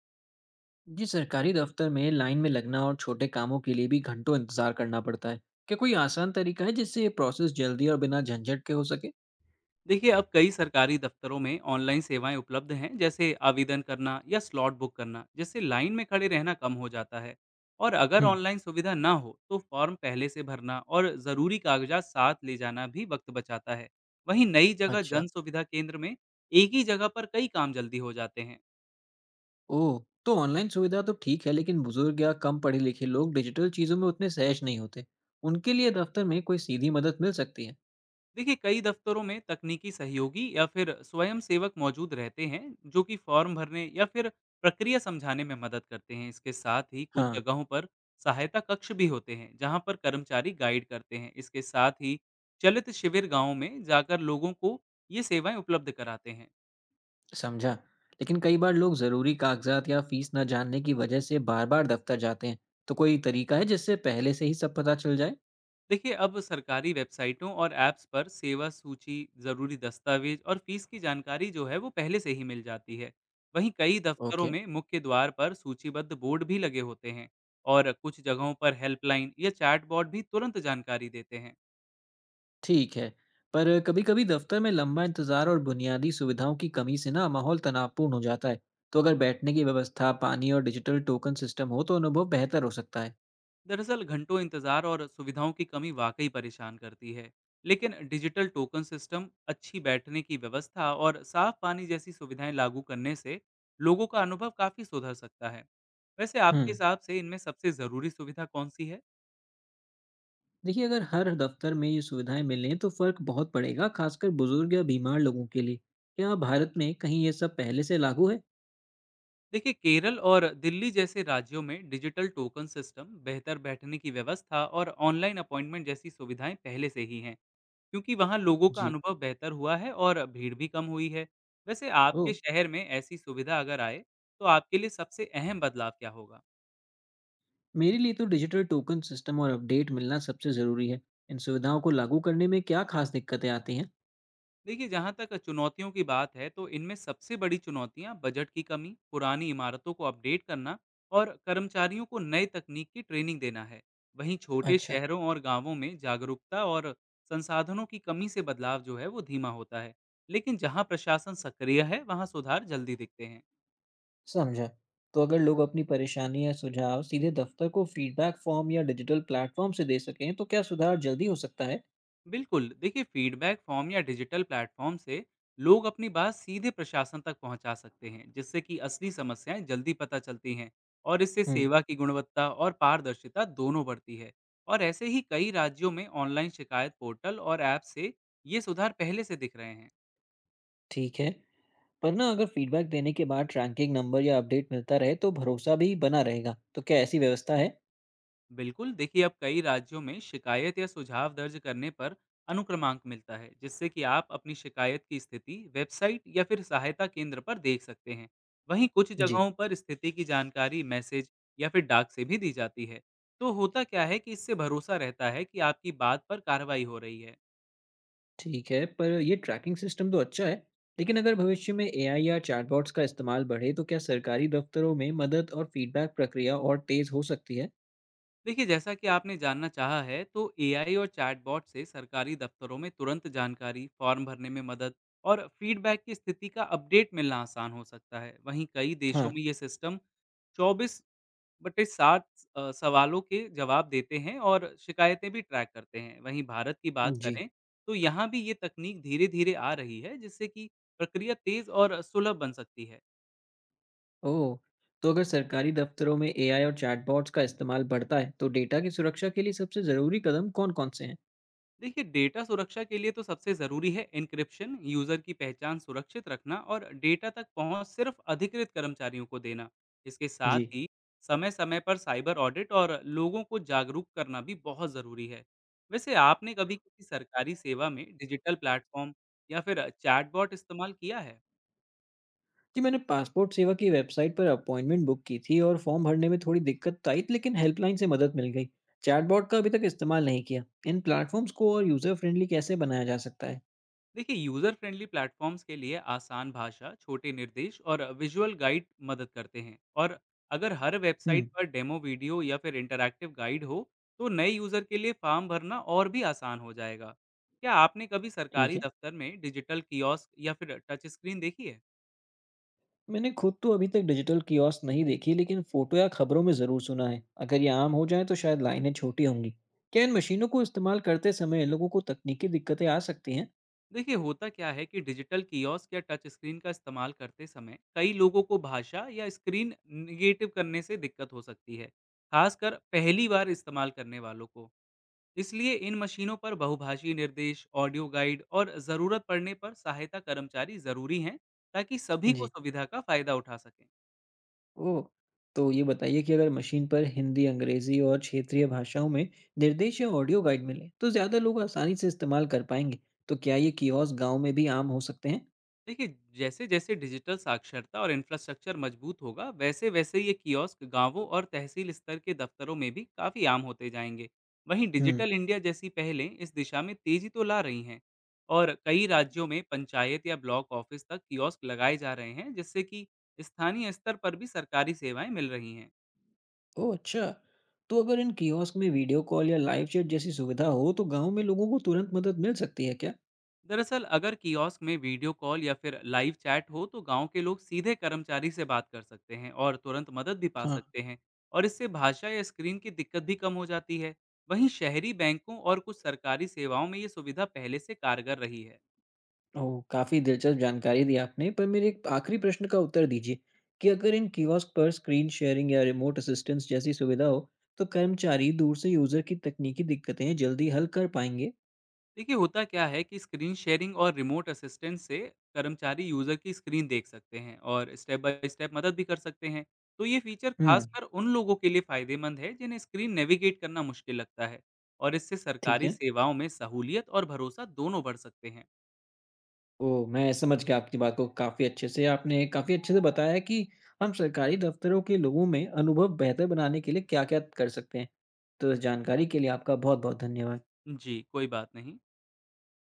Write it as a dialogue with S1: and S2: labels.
S1: जी सरकारी दफ्तर में लाइन में लगना और छोटे कामों के लिए भी घंटों इंतजार करना पड़ता है। क्या कोई आसान तरीका है जिससे ये प्रोसेस जल्दी और बिना झंझट के हो सके?
S2: देखिए अब कई सरकारी दफ्तरों में ऑनलाइन सेवाएं उपलब्ध हैं जैसे आवेदन करना या स्लॉट बुक करना जिससे लाइन में खड़े रहना कम हो जाता है। और अगर
S1: हम्म।
S2: ऑनलाइन सुविधा ना हो तो फॉर्म पहले से भरना और ज़रूरी कागजात साथ ले जाना भी वक्त बचाता है। वहीं नई जगह
S1: अच्छा।
S2: जन सुविधा केंद्र में एक ही जगह पर कई काम जल्दी हो जाते हैं।
S1: ओह। तो ऑनलाइन सुविधा तो ठीक है, लेकिन बुजुर्ग या कम पढ़े लिखे लोग डिजिटल चीज़ों में उतने सहज नहीं होते। उनके लिए दफ्तर में कोई सीधी मदद मिल सकती है?
S2: देखिए कई दफ्तरों में तकनीकी सहयोगी या फिर स्वयंसेवक मौजूद रहते हैं जो कि फॉर्म भरने या फिर प्रक्रिया समझाने में मदद करते हैं। इसके साथ ही कुछ
S1: हाँ।
S2: जगहों पर सहायता कक्ष भी होते हैं जहां पर कर्मचारी गाइड करते हैं। इसके साथ ही चलित शिविर गांवों में जाकर लोगों को ये सेवाएं उपलब्ध कराते हैं।
S1: समझा। लेकिन कई बार लोग ज़रूरी कागजात या फीस न जानने की वजह से बार बार दफ्तर जाते हैं। तो कोई तरीका है जिससे पहले से ही सब पता चल जाए?
S2: देखिए अब सरकारी वेबसाइटों और ऐप्स पर सेवा सूची जरूरी दस्तावेज और फीस की जानकारी जो है वो पहले से ही मिल जाती है। वहीं कई दफ्तरों
S1: ओके।
S2: में मुख्य द्वार पर सूचीबद्ध बोर्ड भी लगे होते हैं। और कुछ जगहों पर हेल्पलाइन या चैटबॉट भी तुरंत जानकारी देते हैं।
S1: ठीक है। पर कभी-कभी दफ्तर में लंबा इंतज़ार और बुनियादी सुविधाओं की कमी से ना माहौल तनावपूर्ण हो जाता है। तो अगर बैठने की व्यवस्था, पानी और डिजिटल टोकन सिस्टम हो तो अनुभव बेहतर हो सकता है।
S2: दरअसल घंटों इंतजार और सुविधाओं की कमी वाकई परेशान करती है। लेकिन डिजिटल टोकन सिस्टम अच्छी बैठने की व्यवस्था और साफ पानी जैसी सुविधाएं लागू करने से लोगों का अनुभव काफी सुधर सकता है। वैसे
S1: हुँ।
S2: आपके हिसाब से इनमें सबसे जरूरी सुविधा कौन सी है?
S1: देखिए, अगर हर दफ्तर में ये सुविधाएँ मिलें तो फ़र्क बहुत पड़ेगा, खासकर बुजुर्ग या बीमार लोगों के लिए। क्या भारत में कहीं ये सब पहले से लागू है?
S2: देखिए केरल और दिल्ली जैसे राज्यों में डिजिटल टोकन सिस्टम बेहतर बैठने की व्यवस्था और ऑनलाइन अपॉइंटमेंट जैसी सुविधाएं पहले से ही हैं, क्योंकि वहाँ लोगों का
S1: जी।
S2: अनुभव बेहतर हुआ है और भीड़ भी कम हुई है। वैसे
S1: ओह!
S2: आपके शहर में ऐसी सुविधा अगर आए, तो आपके लिए सबसे अहम बदलाव क्या होगा?
S1: मेरे लिए तो डिजिटल टोकन सिस्टम और अपडेट मिलना सबसे ज़रूरी है। इन सुविधाओं को लागू करने में क्या खास दिक्कतें आती हैं?
S2: देखिए, जहाँ तक चुनौतियों की बात है, तो इनमें सबसे बड़ी चुनौतियाँ बजट की कमी, पुरानी इमारतों को अपडेट करना और कर्मचारियों को नए तकनीक की ट्रेनिंग देना है। वहीं छोटे
S1: अच्छा।
S2: शहरों और गांवों में जागरूकता और संसाधनों की कमी से बदलाव जो है, वो धीमा होता है। लेकिन जहाँ प्रशासन सक्रिय है, वहाँ सुधार जल्दी दिखते हैं।
S1: समझा। तो अगर लोग अपनी परेशानी या सुझाव सीधे दफ्तर को फीडबैक फॉर्म या डिजिटल प्लेटफॉर्म से दे सकें, तो क्या सुधार जल्दी हो सकता है?
S2: बिल्कुल देखिए फीडबैक फॉर्म या डिजिटल प्लेटफॉर्म से लोग अपनी बात सीधे प्रशासन तक पहुंचा सकते हैं जिससे कि असली समस्याएं जल्दी पता चलती हैं और इससे
S1: हुँ।
S2: सेवा की गुणवत्ता और पारदर्शिता दोनों बढ़ती है। और ऐसे ही कई राज्यों में ऑनलाइन शिकायत पोर्टल और ऐप से ये सुधार पहले से दिख रहे हैं।
S1: ठीक है। पर ना अगर फीडबैक देने के बाद ट्रैकिंग नंबर या अपडेट मिलता रहे, तो भरोसा भी बना रहेगा। तो क्या ऐसी व्यवस्था है?
S2: बिल्कुल देखिए अब कई राज्यों में शिकायत या सुझाव दर्ज करने पर अनुक्रमांक मिलता है जिससे कि आप अपनी शिकायत की स्थिति वेबसाइट या फिर सहायता केंद्र पर देख सकते हैं। वहीं कुछ
S1: जी।
S2: जगहों पर स्थिति की जानकारी मैसेज या फिर डाक से भी दी जाती है। तो होता क्या है कि इससे भरोसा रहता है कि आपकी बात पर कार्रवाई हो रही है।
S1: ठीक है। पर ये ट्रैकिंग सिस्टम तो अच्छा है, लेकिन अगर भविष्य में एआई या चैटबॉट्स का इस्तेमाल बढ़े, तो क्या सरकारी दफ्तरों में मदद और फीडबैक प्रक्रिया और तेज़ हो सकती है?
S2: देखिए जैसा कि आपने जानना चाहा है, तो एआई और चैटबॉट से सरकारी दफ्तरों में तुरंत जानकारी, फॉर्म भरने में मदद और फीडबैक की स्थिति का अपडेट मिलना आसान हो सकता है। वहीं कई देशों
S1: हाँ।
S2: में ये सिस्टम 24 बटे सात सवालों के जवाब देते हैं और शिकायतें भी ट्रैक करते हैं। वहीं भारत की बात
S1: जी।
S2: करें तो यहाँ भी ये तकनीक धीरे धीरे आ रही है जिससे कि प्रक्रिया तेज और सुलभ बन सकती है।
S1: ओह! तो अगर सरकारी दफ्तरों में एआई और चैटबॉट्स का इस्तेमाल बढ़ता है, तो डेटा की सुरक्षा के लिए सबसे ज़रूरी कदम कौन-कौन से हैं?
S2: देखिए डेटा सुरक्षा के लिए तो सबसे ज़रूरी है एन्क्रिप्शन, यूज़र की पहचान सुरक्षित रखना और डेटा तक पहुंच सिर्फ अधिकृत कर्मचारियों को देना। इसके साथ
S1: जी।
S2: ही समय समय पर साइबर ऑडिट और लोगों को जागरूक करना भी बहुत ज़रूरी है। वैसे आपने कभी किसी सरकारी सेवा में डिजिटल प्लेटफॉर्म या फिर चैटबॉट इस्तेमाल किया है?
S1: जी, मैंने पासपोर्ट सेवा की वेबसाइट पर अपॉइंटमेंट बुक की थी और फॉर्म भरने में थोड़ी दिक्कत तो आई, लेकिन हेल्पलाइन से मदद मिल गई। चैटबॉट का अभी तक इस्तेमाल नहीं किया। इन प्लेटफॉर्म्स को और यूज़र फ्रेंडली कैसे बनाया जा सकता है?
S2: देखिए यूजर फ्रेंडली प्लेटफॉर्म्स के लिए आसान भाषा, छोटे निर्देश और विजुअल गाइड मदद करते हैं। और अगर हर वेबसाइट
S1: हम्म।
S2: पर डेमो वीडियो या फिर इंटरैक्टिव गाइड हो तो नए यूजर के लिए फॉर्म भरना और भी आसान हो जाएगा। क्या आपने कभी
S1: ठीक
S2: सरकारी
S1: है।
S2: दफ्तर में डिजिटल कियोस्क या फिर टच स्क्रीन देखी है?
S1: मैंने खुद तो अभी तक डिजिटल कियोस्क नहीं देखी, लेकिन फोटो या खबरों में ज़रूर सुना है। अगर ये आम हो जाए तो शायद लाइनें छोटी होंगी। क्या इन मशीनों को इस्तेमाल करते समय लोगों को तकनीकी दिक्कतें आ सकती हैं?
S2: देखिए होता क्या है कि डिजिटल कियोस्क या टच स्क्रीन का इस्तेमाल करते समय कई लोगों को भाषा या स्क्रीन निगेटिव करने से दिक्कत हो सकती है, खासकर पहली बार इस्तेमाल करने वालों को। इसलिए इन मशीनों पर बहुभाषी निर्देश, ऑडियो गाइड और ज़रूरत पड़ने पर सहायता कर्मचारी ज़रूरी हैं ताकि सभी को
S1: जी।
S2: सुविधा का फ़ायदा उठा सकें।
S1: ओह, तो ये बताइए कि अगर मशीन पर हिंदी, अंग्रेजी और क्षेत्रीय भाषाओं में निर्देश या ऑडियो गाइड मिले, तो ज़्यादा लोग आसानी से इस्तेमाल कर पाएंगे। तो क्या ये कियोस्क गाँव में भी आम हो सकते हैं?
S2: देखिए जैसे जैसे डिजिटल साक्षरता और इंफ्रास्ट्रक्चर मजबूत होगा, वैसे वैसे ये कियोस्क गांवों और तहसील स्तर के दफ्तरों में भी काफ़ी आम होते जाएंगे। वहीं
S1: हम्म।
S2: डिजिटल इंडिया जैसी पहलें इस दिशा में तेज़ी तो ला रही हैं। और कई राज्यों में पंचायत या ब्लॉक ऑफिस तक कियोस्क लगाए जा रहे हैं जिससे कि स्थानीय स्तर पर भी सरकारी सेवाएं मिल रही हैं।
S1: ओह, अच्छा। तो अगर इन कियोस्क में वीडियो कॉल या लाइव चैट जैसी सुविधा हो, तो गाँव में लोगों को तुरंत मदद मिल सकती है क्या?
S2: दरअसल अगर कियोस्क में वीडियो कॉल या फिर लाइव चैट हो तो गांव के लोग सीधे कर्मचारी से बात कर सकते हैं और तुरंत मदद भी पा
S1: हाँ।
S2: सकते हैं। और इससे भाषा या स्क्रीन की दिक्कत भी कम हो जाती है। वहीं शहरी बैंकों और कुछ सरकारी सेवाओं में ये सुविधा पहले से कारगर रही है।
S1: ओह! काफ़ी दिलचस्प जानकारी दी आपने, पर मेरे एक आखिरी प्रश्न का उत्तर दीजिए कि अगर इन कियोस्क पर स्क्रीन शेयरिंग या रिमोट असिस्टेंस जैसी सुविधा हो, तो कर्मचारी दूर से यूज़र की तकनीकी दिक्कतें जल्दी हल कर पाएँगे?
S2: देखिए होता क्या है कि स्क्रीन शेयरिंग और रिमोट असिस्टेंस से कर्मचारी यूजर की स्क्रीन देख सकते हैं और स्टेप बाय स्टेप मदद भी कर सकते हैं। तो ये फीचर
S1: हुँ।
S2: खासकर उन लोगों के लिए फायदेमंद है जिन्हें स्क्रीन नेविगेट करना मुश्किल लगता है। और इससे
S1: ठीक
S2: सरकारी
S1: है।
S2: सेवाओं में सहूलियत और भरोसा दोनों बढ़ सकते हैं।
S1: ओह! मैं समझ गया आपकी बात को काफ़ी अच्छे से। आपने काफ़ी अच्छे से बताया है कि हम सरकारी दफ़्तरों के लोगों में अनुभव बेहतर बनाने के लिए क्या-क्या कर सकते हैं। तो इस जानकारी के लिए आपका बहुत-बहुत धन्यवाद।
S2: जी कोई बात नहीं।